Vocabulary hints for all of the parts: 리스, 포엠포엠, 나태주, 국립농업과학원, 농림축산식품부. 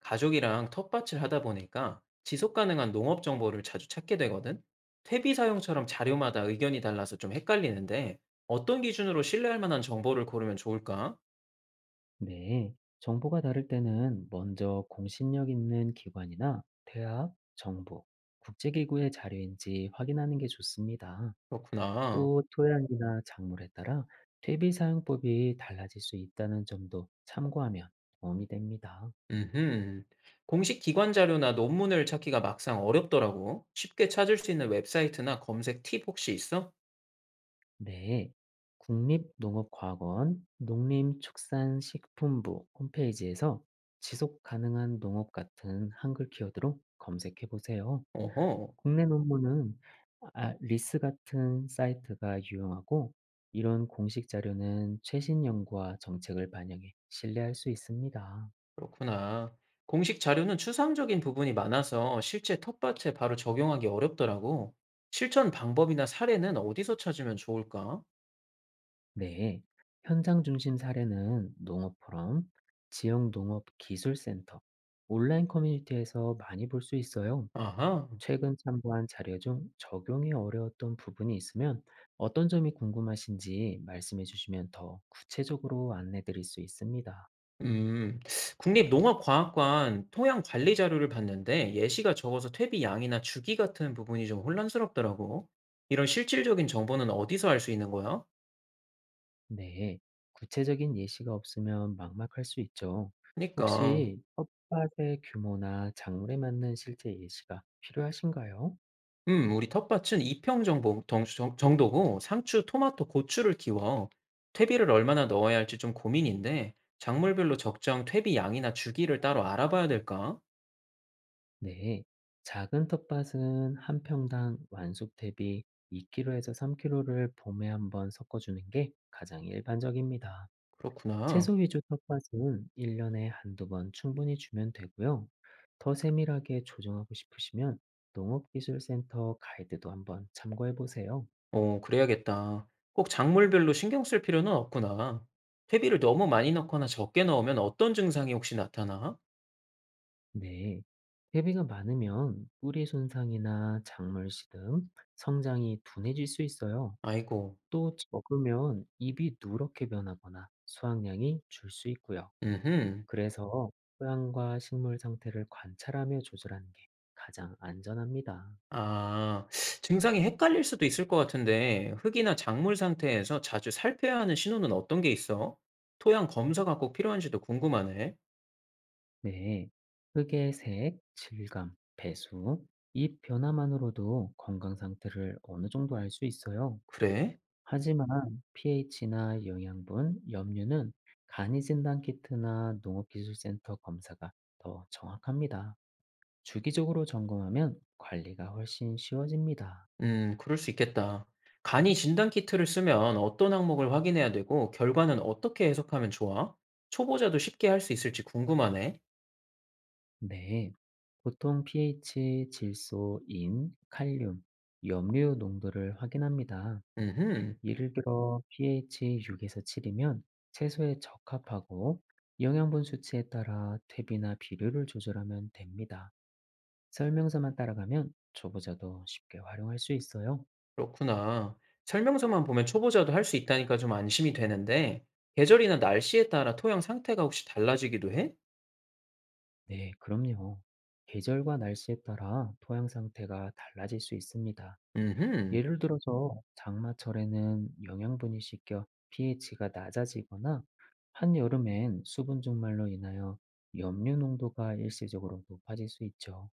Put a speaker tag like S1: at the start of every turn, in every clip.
S1: 가족이랑 텃밭을 하다 보니까 지속 가능한 농업 정보를 자주 찾게 되거든. 퇴비 사용처럼 자료마다 의견이 달라서 좀 헷갈리는데 어떤 기준으로 신뢰할 만한 정보를 고르면 좋을까?
S2: 네, 정보가 다를 때는 먼저 공신력 있는 기관이나 대학, 정부, 국제기구의 자료인지 확인하는 게 좋습니다.
S1: 그렇구나.
S2: 또 토양이나 작물에 따라 퇴비 사용법이 달라질 수 있다는 점도 참고하면 도움이 됩니다.
S1: 음, 공식 기관 자료나 논문을 찾기가 막상 어렵더라고. 쉽게 찾을 수 있는 웹사이트나 검색 팁 혹시 있어?
S2: 네, 국립농업과학원 농림축산식품부 홈페이지에서 지속 가능한 농업 같은 한글 키워드로 검색해 보세요.
S1: 어허.
S2: 국내 논문은 리스 같은 사이트가 유용하고 이런 공식 자료는 최신 연구와 정책을 반영해 신뢰할 수 있습니다.
S1: 그렇구나. 공식 자료는 추상적인 부분이 많아서 실제 텃밭에 바로 적용하기 어렵더라고. 실천 방법이나 사례는 어디서 찾으면 좋을까?
S2: 네. 현장 중심 사례는 농업 포럼, 지역 농업 기술센터, 온라인 커뮤니티에서 많이 볼 수 있어요.
S1: 아하.
S2: 최근 참고한 자료 중 적용이 어려웠던 부분이 있으면 어떤 점이 궁금하신지 말씀해 주시면 더 구체적으로 안내 드릴 수 있습니다.
S1: 음, 국립농업과학관 토양 관리 자료를 봤는데 예시가 적어서 퇴비 양이나 주기 같은 부분이 좀 혼란스럽더라고. 이런 실질적인 정보는 어디서 알 수 있는 거야?
S2: 네, 구체적인 예시가 없으면 막막할 수 있죠.
S1: 그니까. 러
S2: 혹시 텃밭의 규모나 작물에 맞는 실제 예시가 필요하신가요?
S1: 우리 텃밭은 2평 정도고 상추, 토마토, 고추를 키워. 퇴비를 얼마나 넣어야 할지 좀 고민인데 작물별로 적정 퇴비 양이나 주기를 따로 알아봐야 될까?
S2: 네, 작은 텃밭은 한 평당 완숙 대비 2kg에서 3kg를 봄에 한번 섞어주는 게 가장 일반적입니다.
S1: 그렇구나.
S2: 채소 위주 텃밭은 1년에 한두 번 충분히 주면 되고요. 더 세밀하게 조정하고 싶으시면 농업기술센터 가이드도 한번 참고해 보세요.
S1: 어, 그래야겠다. 꼭 작물별로 신경 쓸 필요는 없구나. 퇴비를 너무 많이 넣거나 적게 넣으면 어떤 증상이 혹시 나타나?
S2: 네. 퇴비가 많으면 뿌리 손상이나 작물 시듬, 성장이 둔해질 수 있어요.
S1: 아이고.
S2: 또 적으면 잎이 누렇게 변하거나 수확량이 줄 수 있고요.
S1: 음흠.
S2: 그래서 토양과 식물 상태를 관찰하며 조절하는 게 가장 안전합니다.
S1: 아. 증상이 헷갈릴 수도 있을 것 같은데 흙이나 작물 상태에서 자주 살펴야 하는 신호는 어떤 게 있어? 토양 검사가 꼭 필요한지도 궁금하네.
S2: 네. 흙의 색, 질감, 배수, 잎 변화만으로도 건강 상태를 어느 정도 알 수 있어요.
S1: 그래?
S2: 하지만 pH나 영양분, 염류는 간이 진단 키트나 농업기술센터 검사가 더 정확합니다. 주기적으로 점검하면 관리가 훨씬 쉬워집니다.
S1: 그럴 수 있겠다. 간이 진단 키트를 쓰면 어떤 항목을 확인해야 되고 결과는 어떻게 해석하면 좋아? 초보자도 쉽게 할 수 있을지 궁금하네.
S2: 네, 보통 pH, 질소, 인, 칼륨, 염류 농도를 확인합니다.
S1: 음흠,
S2: 예를 들어 pH 6에서 7이면 채소에 적합하고 영양분 수치에 따라 퇴비나 비료를 조절하면 됩니다. 설명서만 따라가면 초보자도 쉽게 활용할 수 있어요.
S1: 그렇구나. 설명서만 보면 초보자도 할 수 있다니까 좀 안심이 되는데 계절이나 날씨에 따라 토양 상태가 혹시 달라지기도 해?
S2: 네, 그럼요. 계절과 날씨에 따라 토양 상태가 달라질 수 있습니다.
S1: 음흠.
S2: 예를 들어서 장마철에는 영양분이 씻겨 pH가 낮아지거나 한여름엔 수분 증말로 인하여 염류 농도가 일시적으로 높아질 수 있죠.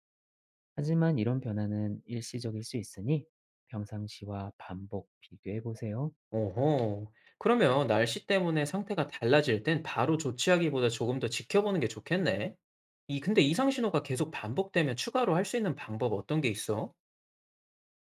S2: 하지만 이런 변화는 일시적일 수 있으니 평상시와 반복 비교해 보세요.
S1: 오호. 그러면 날씨 때문에 상태가 달라질 땐 바로 조치하기보다 조금 더 지켜보는 게 좋겠네. 이 근데 이상 신호가 계속 반복되면 추가로 할 수 있는 방법 어떤 게 있어?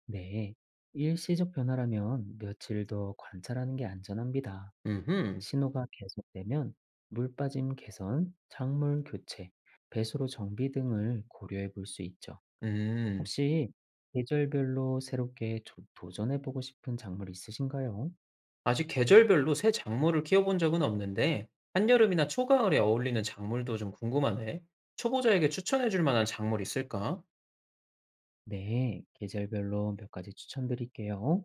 S2: 네, 일시적 변화라면 며칠 더 관찰하는 게 안전합니다.
S1: 음흠.
S2: 신호가 계속되면 물 빠짐 개선, 작물 교체, 배수로 정비 등을 고려해 볼 수 있죠.
S1: 음.
S2: 혹시 계절별로 새롭게 도전해 보고 싶은 작물 있으신가요?
S1: 아직 계절별로 새 작물을 키워본 적은 없는데 한여름이나 초가을에 어울리는 작물도 좀 궁금하네. 초보자에게 추천해 줄 만한 작물 있을까?
S2: 네, 계절별로 몇 가지 추천드릴게요.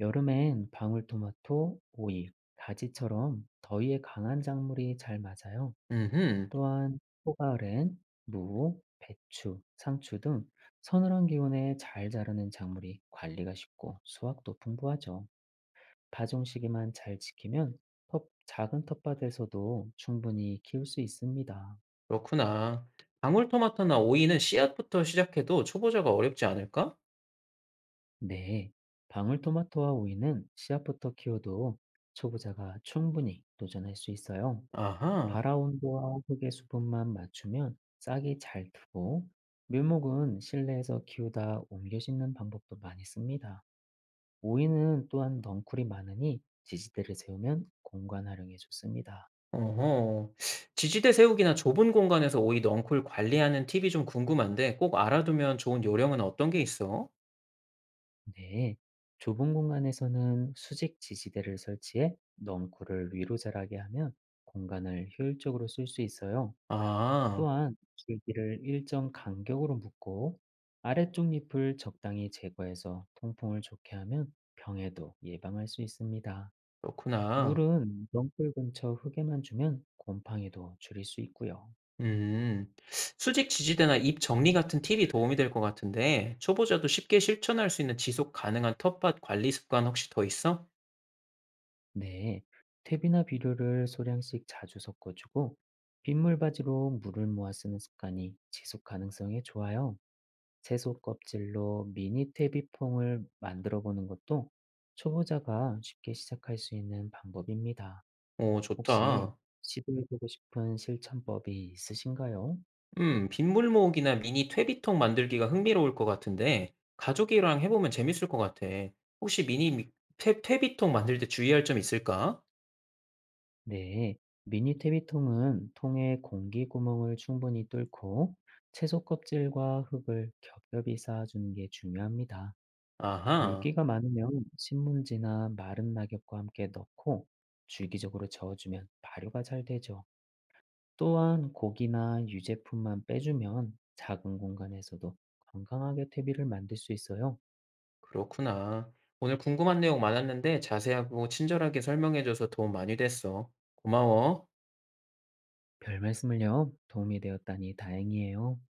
S2: 여름엔 방울토마토, 오이, 가지처럼 더위에 강한 작물이 잘 맞아요.
S1: 음흠.
S2: 또한 포가을엔 무, 배추, 상추 등 서늘한 기온에 잘 자라는 작물이 관리가 쉽고 수확도 풍부하죠. 파종 시기만 잘 지키면 작은 텃밭에서도 충분히 키울 수 있습니다.
S1: 그렇구나. 방울토마토나 오이는 씨앗부터 시작해도 초보자가 어렵지 않을까?
S2: 네, 방울토마토와 오이는 씨앗부터 키워도 초보자가 충분히 도전할 수 있어요.
S1: 아하.
S2: 발화 온도와 흙의 수분만 맞추면 싹이 잘 트고 묘목은 실내에서 키우다 옮겨 심는 방법도 많이 씁니다. 오이는 또한 넝쿨이 많으니 지지대를 세우면 공간 활용에 좋습니다.
S1: 어허. 지지대 세우기나 좁은 공간에서 오이 넝쿨 관리하는 팁이 좀 궁금한데 꼭 알아두면 좋은 요령은 어떤 게 있어?
S2: 네. 좁은 공간에서는 수직 지지대를 설치해 넝쿨을 위로 자라게 하면 공간을 효율적으로 쓸 수 있어요.
S1: 아
S2: 또한 줄기를 일정 간격으로 묶고 아래쪽 잎을 적당히 제거해서 통풍을 좋게 하면 병에도 예방할 수 있습니다.
S1: 그렇구나.
S2: 물은 명골 근처 흙에만 주면 곰팡이도 줄일 수 있고요.
S1: 음. 수직 지지대나 잎 정리 같은 팁이 도움이 될 것 같은데 초보자도 쉽게 실천할 수 있는 지속 가능한 텃밭 관리 습관 혹시 더 있어?
S2: 네, 퇴비나 비료를 소량씩 자주 섞어주고 빗물바지로 물을 모아 쓰는 습관이 지속 가능성에 좋아요. 채소 껍질로 미니 퇴비퐁을 만들어 보는 것도 초보자가 쉽게 시작할 수 있는 방법입니다.
S1: 오
S2: 혹시
S1: 좋다.
S2: 시도해보고 싶은 실천법이 있으신가요?
S1: 빗물 모으기나 미니 퇴비통 만들기가 흥미로울 것 같은데 가족이랑 해보면 재밌을 것 같아. 혹시 미니 미 퇴 퇴비통 만들 때 주의할 점 있을까?
S2: 네. 미니 퇴비통은 통에 공기 구멍을 충분히 뚫고 채소 껍질과 흙을 겹겹이 쌓아주는 게 중요합니다.
S1: 아하,
S2: 물기가 많으면 신문지나 마른 낙엽과 함께 넣고 주기적으로 저어주면 발효가 잘 되죠. 또한 고기나 유제품만 빼주면 작은 공간에서도 건강하게 퇴비를 만들 수 있어요.
S1: 그렇구나. 오늘 궁금한 내용 많았는데 자세하고 친절하게 설명해줘서 도움 많이 됐어. 고마워.
S2: 별 말씀을요. 도움이 되었다니 다행이에요.